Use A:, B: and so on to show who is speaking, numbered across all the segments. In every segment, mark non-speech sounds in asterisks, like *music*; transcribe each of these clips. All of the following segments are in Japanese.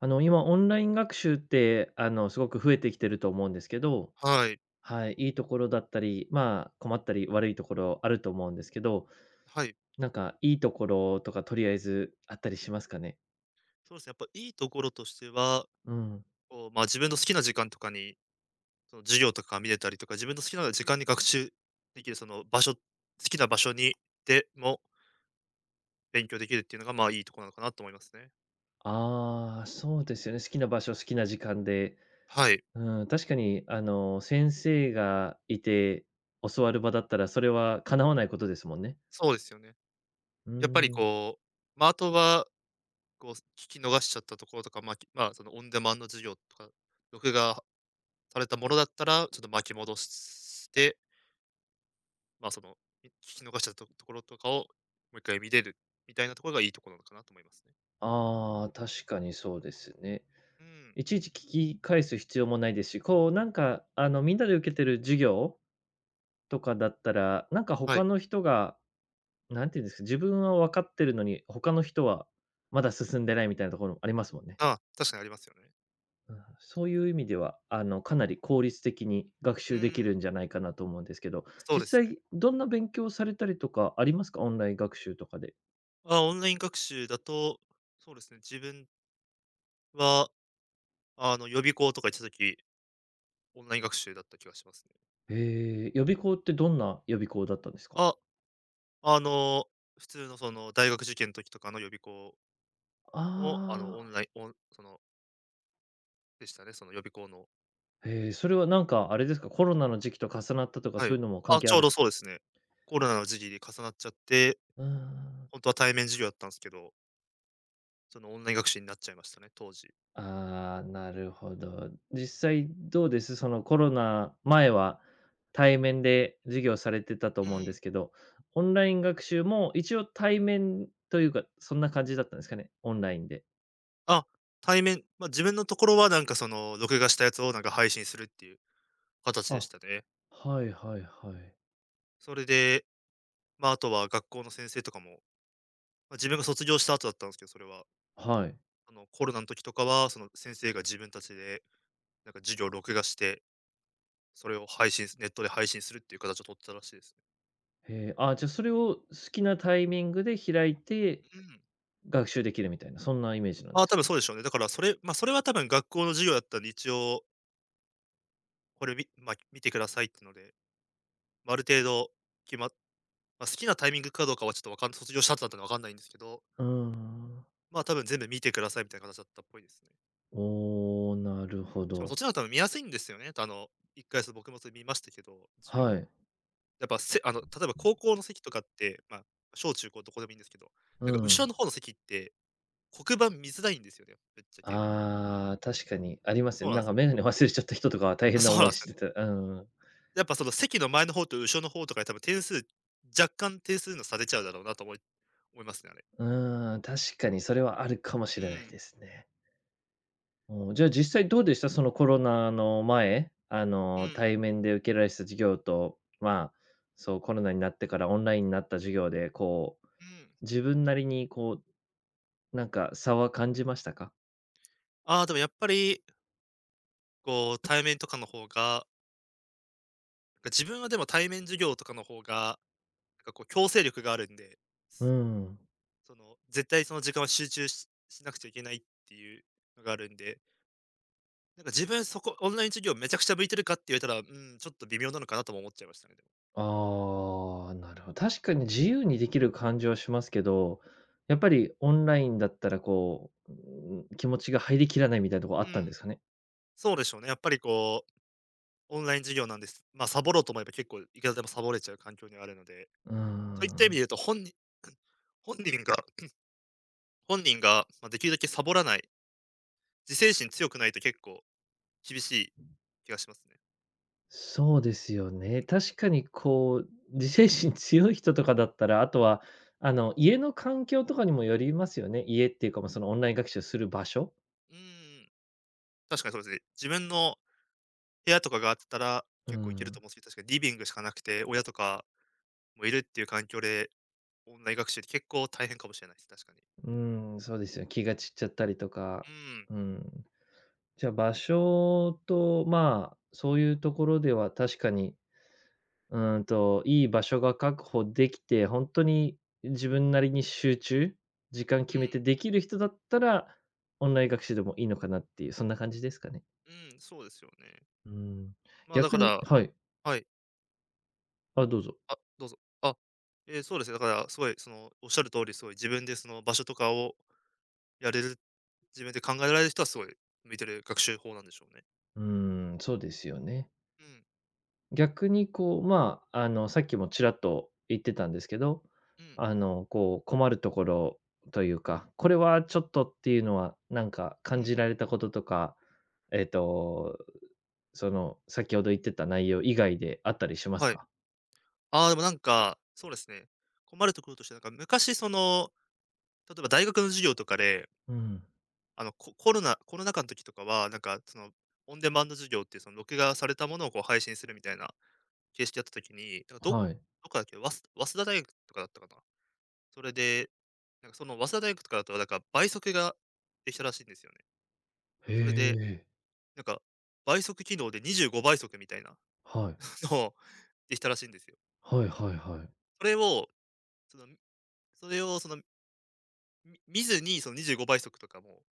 A: 今オンライン学習って、すごく増えてきてると思うんですけど、
B: はい。
A: はい、いいところだったり、まあ、困ったり、悪いところあると思うんですけど、
B: はい。
A: なんかいいところとかとりあえずあったりしますかね？
B: そうですね、やっぱいいところとしては、
A: うん。
B: こう、まあ、自分の好きな時間とかに、その授業とかが見れたりとか、自分の好きな時間に学習できる、その場所好きな場所にでも勉強できるっていうのが、まあ、いいところなのかなと思いますね。
A: ああ、そうですよね。好きな場所、好きな時間で、
B: はい、
A: うん、確かに先生がいて教わる場だったら、それは叶わないことですもんね。
B: そうですよね。
A: う
B: やっぱり
A: ん。
B: こう、まあ、あとは、こう、聞き逃しちゃったところとか、まあ、そのオンデマンド授業とか、録画されたものだったら、ちょっと巻き戻してまあ、その、聞き逃したところとかを、もう一回見れるみたいなところがいいところなのかなと思いますね。
A: ああ、確かにそうですね。
B: うん。
A: いちいち聞き返す必要もないですし、こうなんかみんなで受けてる授業とかだったら、なんか
B: は
A: 他
B: い。
A: の人が、なんていうんですか、自分は分かってるのに、他の人はまだ進んでないみたいなところもありますもんね。
B: ああ、確かにありますよね。
A: うん、そういう意味では、あのかなり効率的に学
B: う
A: 習でき
B: ん、
A: るんじゃないかなと思うんですけど、
B: そうです
A: 実
B: ね。
A: 際どんな勉強されたりとかありますか？オンライン学習とかで。
B: ああ、オンライン学習だと、そうですね、自分は、あの、予備校とか行った時、オンライン学習だった気がしますね。
A: へー、予備校ってどんな予備校だったんですか？
B: あ、あの、普通のその大学受験の時とかの予備校も、あの、オン
A: ああー。
B: ラインオンその、でしたね、その予備校の。
A: へえ、それはなんかあれですか、コロナの時期と重なったとか
B: は
A: そ
B: い。
A: ういうのも関
B: あ、
A: 係
B: ち
A: あ
B: ょう
A: るん
B: ど
A: で
B: そ
A: す？
B: うですね。コロナの時期で重なっちゃって、
A: うん。
B: 本当は対面授業だったんですけどその、オンライン学習になっちゃいましたね、当時。
A: ああ、なるほど。実際どうです？そのコロナ前は対面で授業されてたと
B: う
A: 思うんで
B: ん。
A: すけど、オンライン学習も一応対面というか、そんな感じだったんですかね？オンラインで。
B: あ、対面まあ、自分のところはなんかその、録画したやつをなんか配信するっていう形でし
A: あ、
B: たね。
A: はいはいはい。
B: それで、まあ、あとは学校の先生とかも、まあ、自分が卒業した後だったんですけど、それは。
A: はい。
B: あの、コロナの時とかは、その、先生が自分たちで、なんか授業を録画して、それを配信すネットで配信するっていう形を取ってたらしいですね。
A: へえ、あ、じゃ、それを好きなタイミングで開いて、
B: うん。
A: 学習できるみたいな、そんなイメージなんで
B: ああ、
A: す
B: 多
A: か
B: 分
A: ね？
B: そうでしょうね。だからそれまあ、それは多分学校の授業だったんで、一応これみまあ、見てくださいってので、まあ、ある程度決まっまあ、好きなタイミングかどうかはちょっとわかん卒業した後だったんでわかんないんですけど、
A: うーうん。
B: まあ、多分全部見てくださいみたいな形だったっぽいですね。
A: おお、なるほ
B: しかもそっ
A: ど。
B: ちの方が多分見やすいんですよね。あの、一回、僕もそれ見ましたけど、授業。
A: はい。
B: やっぱ、せあの、例えば高校の席とかって、まあ、小中高どこでもいいんですけど、
A: う
B: なんか後ろ
A: ん。
B: の方の席って黒板見づらいんですよね、ぶっちゃけ。
A: ああ、確かにあります
B: そ
A: よ
B: う
A: ね。
B: なん
A: なん
B: です
A: か
B: よ。
A: メガネ忘れちゃった人とかは大
B: あ、
A: 変な
B: そうなん
A: 思
B: で
A: い
B: す
A: し
B: かね。
A: てた。うん。
B: やっぱその席の前の方と後ろの方とかで多分点数若干点数の差出ちゃうだろうなと思いますね、あれ。
A: うん、確かにそれはあるかも
B: う
A: しれない
B: ん、
A: ですね。う、じゃあ実際どうでした？そのコロナの前、
B: うん、
A: 対面で受けられてた授業と、まあ、そう、コロナになってからオンラインになった授業で、こう、
B: うん。
A: 自分なりにこう、なんか差は感じましたか？
B: ああ、でもやっぱりこう、対面授業とかの方が、なんかこう強制力があるんで、
A: う
B: す
A: ん。
B: その、絶対その時間は集中ししなくちゃいけないっていうのがあるんで、なんか自分そこ、オンライン授業めちゃくちゃ向いてるかって言われたら、うん、ちょっと微妙なのかなとも思っちゃいましたね、でも。
A: ああ、なるほど。確かに
B: う
A: 自
B: ん、
A: 由にできる感じはしますけど、やっぱりオンラインだったらこう、うん、気持ちが入りきらないみたいなとこあ
B: う
A: ったんで
B: ん。
A: すかね？
B: そうでしょうね。やっぱりこう、オンライン授業なんです。まあ、サボろうと思えば結構いくらでもサボれちゃう環境にはあるので、
A: うー
B: そういった意味で
A: ん、
B: 言うと、*clears throat* 本人が、本人が、まあ、できるだけサボらない、自制心強くないと結構厳しい気がしますね。
A: そうですよね。確かにこう、自制心強い人とかだったら、あとは、家の環境とかにもよりますよね。家っていうか、ま、そのオンライン学習する場所？
B: うーん。確かにそうですね。自分の部屋とかがあったら、
A: う
B: 結構いけると
A: ん、
B: 思うんですけど、確かにリビングしかなくて、親とかもいるっていう環境で、オンライン学習って結構大変かもしれないです、確かに。
A: うん、そうですよ、気が散っちゃったりとか、
B: うん、
A: うん。じゃ、場所と、まあ、そういうところでは確かに、うーんと、いい場所が確保できて、本当に自分なりに集中、時間
B: う
A: 決めて
B: ん、
A: できる人だったら、オンライン学習でもいいのかなっていう、そんな感じですかね。
B: うん、そうですよね。
A: うん。
B: まあ、だか
A: 逆に、
B: ら
A: はい。
B: はい。
A: あ、どうぞ。
B: あ、どうぞ。あ、ええ、そうですね、だからすごいその、おっしゃる通り、すごい自分でその場所とかをやれる、自分で考えられる人はすごい向いてる学習法なんでしょうね。
A: うん、そうですよね。
B: うん、
A: 逆にこう、まあ、さっきもちらっと言ってたんですけど、
B: うん、
A: こう、困るところというか、これはちょっとっていうのは、なんか
B: う
A: 感じ
B: ん。
A: られたこととか、えっと、その、先ほど言ってた内容以外であったりします
B: はい。
A: か？
B: ああ、でもなんか、そうですね。困るところとして、なんか昔その、例えば大学の授業とかで、
A: うん。
B: あの、コロナ禍の時とかは、なんかその、オンデマンド授業っていうその録画されたものをこう配信するみたいな形式やった時に、なんかど
A: はい。
B: っかだっけ、早稲田大学とかだったかな。それで、なんかその早稲田大学とかだと、なんか倍速ができたらしいんですよね。
A: へ
B: それで、
A: え。
B: なんか、倍速機能で25倍速みたいな
A: はい。
B: のをできたらしいんですよ。
A: はいはいはい。
B: それを、その、それをそのみ見ずに、その25倍速とかも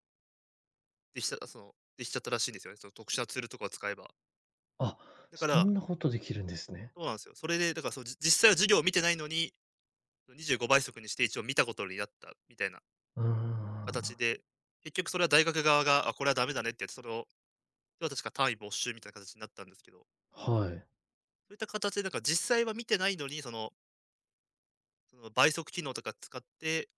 B: できちゃったらしいんですよね。その特殊なツールとかを使えば。
A: あ、
B: だか
A: そ
B: ら、
A: んなことできるんですね。
B: そうなんですよ。それで、だからそうじ実際は授業を見てないのに、25倍速にして一応見たことになったみたいな
A: うん、
B: 形で、結局それは大学側が、あ、これはダメだねってやって、それを、要は確か単位没収みたいな形になったんですけど、そ
A: はい。
B: ういった形でなんか実際は見てないのに、その、その倍速機能とか使って、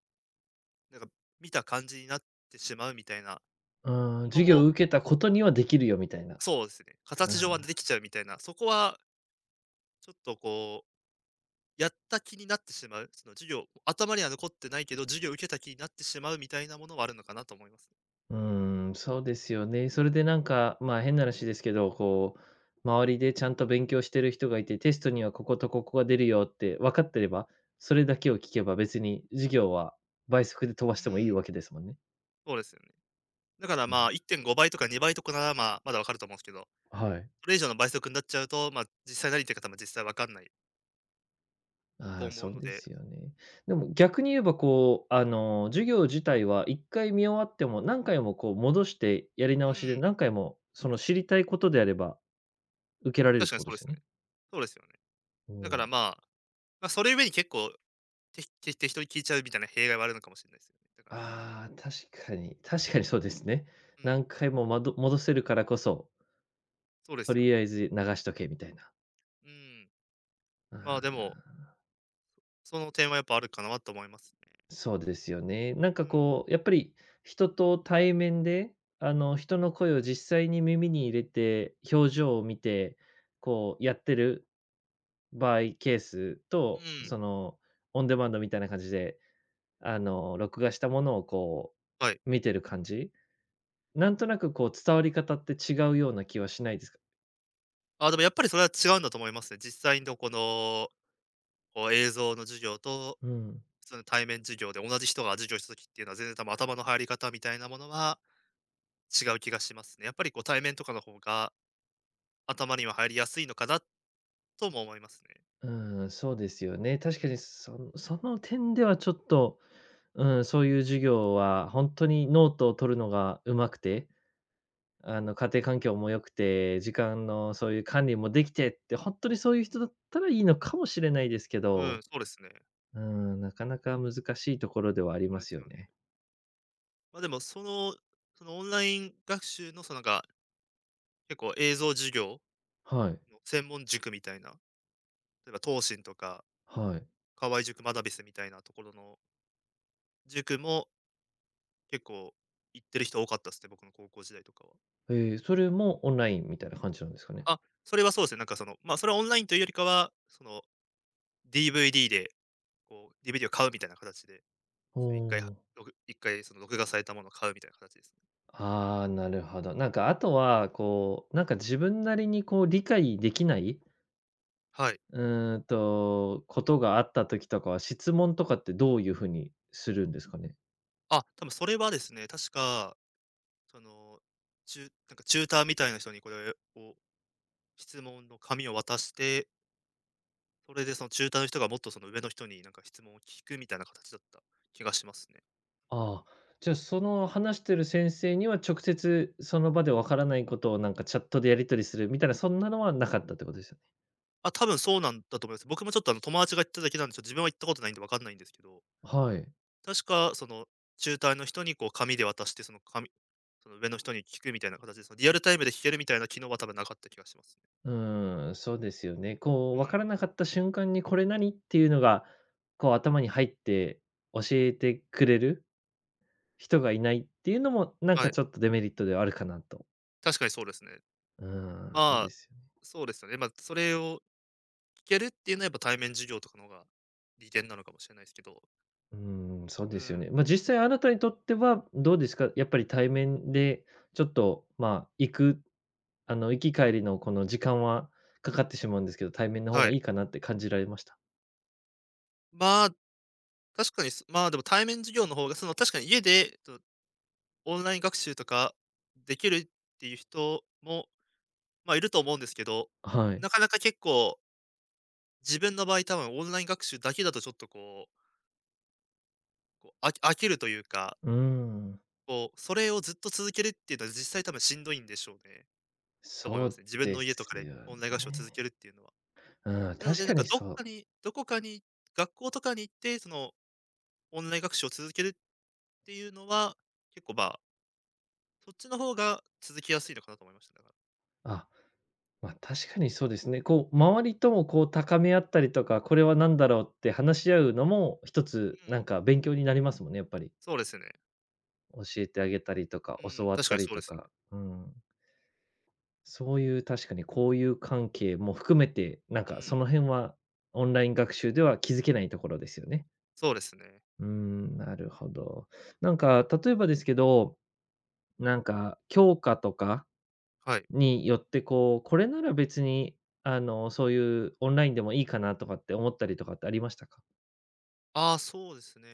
B: なんか見た感じになってしまうみたいな
A: うー
B: も
A: ん、
B: の
A: 授業を
B: も、
A: 受けたことにはできるよみたいな。
B: そうですね、形上はできちゃうみたいな、そこはちょっとこうやった気になってしまう、その授業、頭には残ってないけど、授業受けた気になってしまうみたいなものはあるのかなと思います。
A: うーん、そうですよね。それでなんか、まあ、変な話ですけど、こう、周りでちゃんと勉強してる人がいて、テストにはこことここが出るよって分かってれば、それだけを聞けば別に授業は倍速で飛ば
B: う
A: してもいい
B: ん、
A: わけですもんね。
B: そうですよね。だから
A: な
B: ま
A: る、
B: あ1.5倍とか2倍とかならまあ、まだわかると思うんですけど、
A: はい。
B: それ以上の倍速になっちゃうと、まあ、実際何言ってるか多分実際わかんないと
A: ああ、
B: 思う
A: そ
B: の
A: うで
B: で、
A: すよね。でも逆に言えば、こう、授業自体は1回見終わっても何回もこう戻してやり
B: う
A: 直しで、
B: ん、
A: 何回もその知りたいことであれば受けられるっ
B: 確
A: て
B: かに
A: こ
B: そ
A: と
B: う
A: で
B: で
A: す
B: す
A: よ
B: ね。
A: ね。
B: そうですよね。
A: う
B: だから
A: ん。
B: まあ、まあ、それゆえに結構、適当に聞いちゃうみたいな弊害はあるのかもしれないですよね。だから、
A: ああ、確かに。確かにそうですね。
B: うん、
A: 何回もま、ど戻せるからこそ、
B: そうで
A: と
B: すよ
A: りあ
B: ね。
A: えず流しとけみたいな。
B: うん。
A: あ
B: まあで
A: あ、
B: も、その点はやっぱあるかなと思いますね。
A: そうですよね。なん
B: う
A: か
B: ん、
A: こう、やっぱり人と対面で、人の声を実際に耳に入れて、表情を見て、こうやってる場合、ケース
B: う
A: と、
B: ん、
A: その、オンデマンドみたいな感じで、録画したものをこ
B: はい。
A: う見てる感じ、なんとなくこう伝わり方って違うような気はしないですか？
B: あ、でもやっぱりそれは違うんだと思いますね。実際のこの、こう映像の授業と、
A: うん。
B: 普通の対面授業で同じ人が授業した時っていうのは、全然多分頭の入り方みたいなものは違う気がしますね。やっぱりこう対面とかの方が、頭には入りやすいのかなとも思いますね。
A: うん、そうですよね。
B: う
A: 確か
B: ん。
A: にその点ではちょっと、うん、そういう授業は本当にノートを取るのが上手くて、家庭環境も良くて、時間のそういう管理もできてって、本当にそういう人だったらいいのかもしれないですけ
B: うん、
A: ど、
B: そうですね。
A: うん、なかなか難しいところではあり
B: そ
A: ま
B: うで
A: す
B: す
A: よ
B: よ
A: ね。
B: ね。ま、でもその、そのオンライン学習のそのなんか、結構映像授業
A: はい、
B: の専門塾みたいな、例えば東進とか、
A: はい。
B: 河合塾マダビスみたいなところの塾も結構行ってる人多かったっすね、僕の高校時代とかは。
A: えー、それもオンラインみたいな感じなんですかね？
B: あ。それはそうですね、なんかその、ま、それはオンラインというよりかは、その DVD で、こう DVD を買うみたいな形で、
A: お
B: すね一回は
A: お。
B: ろ回その録画されたものを買うみたいな形ですね。
A: ああ、なるほど。なんかあとは、こう、なんか自分なりにこう理解できない
B: はい。
A: うーんと、ことがあった時とかは、質問とかってどういう風にするんですかね？
B: あ、多分それはですね、確か、その、中なんかチューターみたいな人にこれを質問の紙を渡して、それでそのチューターの人がもっとその上の人になんか質問を聞くみたいな形だった気がしますね。
A: ああ、じゃ、あ、その話してる先生には直接その場でわからないことをなんかチャットでやり取りするみたいな、そんなのはなかったってことですよね。
B: あ、多分そうなんだと思います。僕もちょっと友達が行っただけなんで、ちょっと自分は行ったことないんでわかんないんですけど、
A: はい。
B: 確かそのの人にこう紙で渡して、その紙、その上の人に聞くみたいな形で、そのリアルタイムで聞けるみたいな機能は多分なかった気がしますね。
A: うーん、そうですよね。こ
B: う
A: う、わ
B: ん。
A: からなかった瞬間にこれ何っていうのが、こう頭に入って教えてくれる人がいないっていうのも、なん
B: は
A: か
B: い。
A: ちょっとデメリットではあるかなと。
B: 確かにそうですね。
A: うーん、そう
B: ま
A: で
B: あ、
A: すよね。
B: そうですよね。まあ、それを聞けるっていうのはやっぱ対面授業とかの方が利点なのかもしれないですけど。
A: うーん、そう
B: う
A: ですよ
B: ん。
A: ね。まあ、実際あなたにとってはどうですか？やっぱり対面でちょっと、まあ、行く、行き帰りのこの時間はかかってしまうんですけど、対面の方
B: は
A: が
B: い。
A: いいかなって感じられました？
B: まあ、確かにす、まあでも対面授業の方が、その確かに家で、そのオンライン学習とかできるっていう人もまあ、いると思うんですけど、
A: はい。
B: なかなか結構、自分の場合多分オンライン学習だけだとちょっと飽きるというか、
A: うーん、
B: こう、それをずっと続けるっていうのは実際多分しんどいんでしょうね。と思い
A: そ
B: ます
A: う
B: ね。自分
A: で
B: の家と
A: す
B: かで
A: よ
B: オンライン学習を続
A: ね。
B: けるっていうのは。
A: うん、
B: なの
A: 確
B: でなん
A: か
B: か
A: にそう。
B: どこかに、学校とかに行って、その、オンライン学習を続けるっていうのは、結構、まあ、そっちの方が続きやすいのかなと思いました、だから。
A: あ、ま、確かにそうですね。こう、
B: うん。
A: 周りともこう高め合ったりとか、これは何だろうって話し合うのも一
B: う
A: つ
B: ん、
A: なんか勉強になりますもんね、やっぱり。
B: そうですね。
A: 教えてあげたりとか、
B: う
A: 教
B: ん、
A: わっ
B: 確か
A: た
B: に
A: り
B: そうで
A: と
B: すね。
A: か、うん。そういう確かに交友関係も含めて、なん
B: う
A: か
B: ん、
A: その辺はオンライン学習では気づけないところですよね。
B: そうですね。
A: うーん、なるほど。なんか例えばですけど、なんか教科とか
B: はい。
A: によってこう、これなら別にそういうオンラインでもいいかなとかって思ったりとかってありましたか？
B: ああ、そうですね。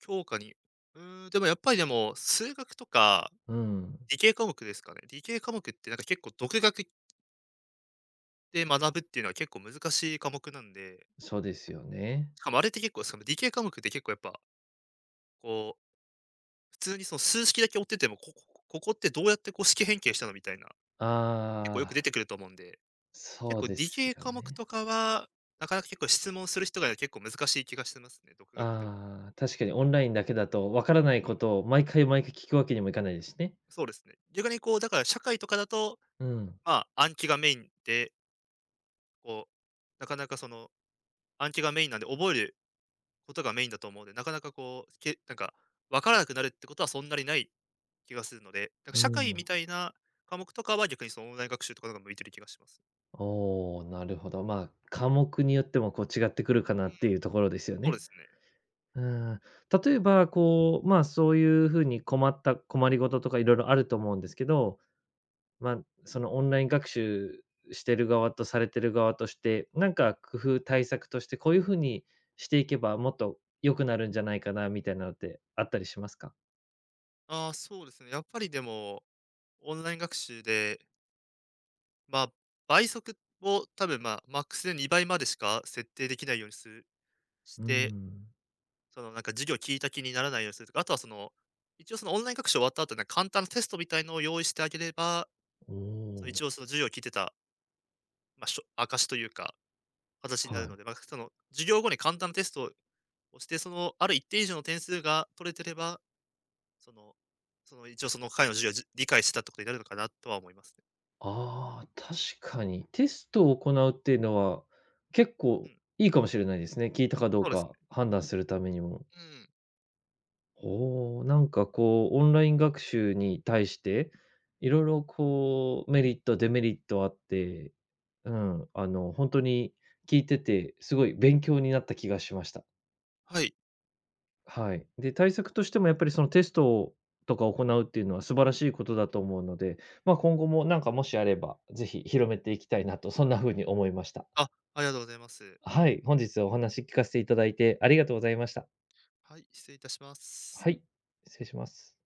B: 教科に、うーん、でもやっぱり、数学とか
A: うん、
B: 理系科目ですかね。理系科目ってなんか結構独学で学ぶっていうのは結構難しい科目なんで、
A: そうですよね。
B: しかもあれって結構その理系科目って結構やっぱ、こう、普通にその数式だけ追ってても、ここってどうやってこう式変形したのみたいな、結構よく
A: あ
B: 出て
A: あ、
B: くると思うんで、結
A: そう
B: 構
A: で
B: 理
A: す
B: 系
A: よ
B: 科目
A: ね。
B: とかは、なかなか結構質問する人が結構難しい気がしてますね、独学では。
A: ああ、確かにオンラインだけだとわからないことを毎回毎回聞くわけにもいかないですしね。
B: そうですね。逆にこう、だから社会とかだと、
A: うん、
B: まあ暗記がメインで、こう、なかなかその暗記がメインなんで、覚えることがメインだと思うんで、なかなかこう、なんか、分からなくなるってことはそんなにない気がするので、なんか
A: う
B: 社会み
A: ん。
B: たいな科目とかは逆にそのオンライン学習とかの方が向いてる気がします。
A: おお、なるほど。まあ、科目によってもこう違ってくるか
B: う
A: な
B: ん、
A: っていうところですよ
B: そうで
A: ね。
B: すね。
A: うん。例えば、こう、まあ、そういう風に困った困りごととかいろいろあると思うんですけど、まあ、そのオンライン学習してる側とされてる側として、なんか工夫対策としてこういう風にしていけばもっと良くなるんじゃないかなみたいなのってあったりしますか？
B: ああ、そうですね。やっぱりでも、オンライン学習で、まあ、倍速を多分、まあ、マックスで2倍までしか設定できないようにするし
A: うー
B: て、
A: ん。
B: そのなんか授業聞いた気にならないようにするとか、あとはその、一応そのオンライン学習終わった後になんか簡単なテストみたいのを用意してあげれば、
A: お
B: その一
A: お、
B: 応その授業聞いてた、まあ、証というか、形になる
A: は
B: の
A: い。
B: で、まあ、その、授業後に簡単なテストをして、その、ある一定以上の点数が取れてれば、その一応その回の授業を理解してたってことになるのかなとは思いますね。
A: ああ、確かに。テストを行うっていうのは、結
B: う
A: 構
B: ん、
A: いいかもしれないですね。聞いたかど
B: そ
A: う
B: うです
A: か
B: ね。
A: 判断するためにも。
B: うん。
A: おお、なんかこう、オンライン学習に対して、いろいろこう、メリット、デメリットあって、うん、本当に聞いてて、すごい勉強になった気がしました。
B: はい。
A: はい。で、対策としてもやっぱりそのテストとか行うっていうのは素晴らしいことだと思うので、まあ、今後もなんかもしあれば、ぜひ広めていきたいなと、そんな風に思いました。
B: あ、ありがとうございます。
A: はい、本日はお話聞かせていただいてありがとうございました。
B: はい、失礼いたします。
A: はい、失礼します。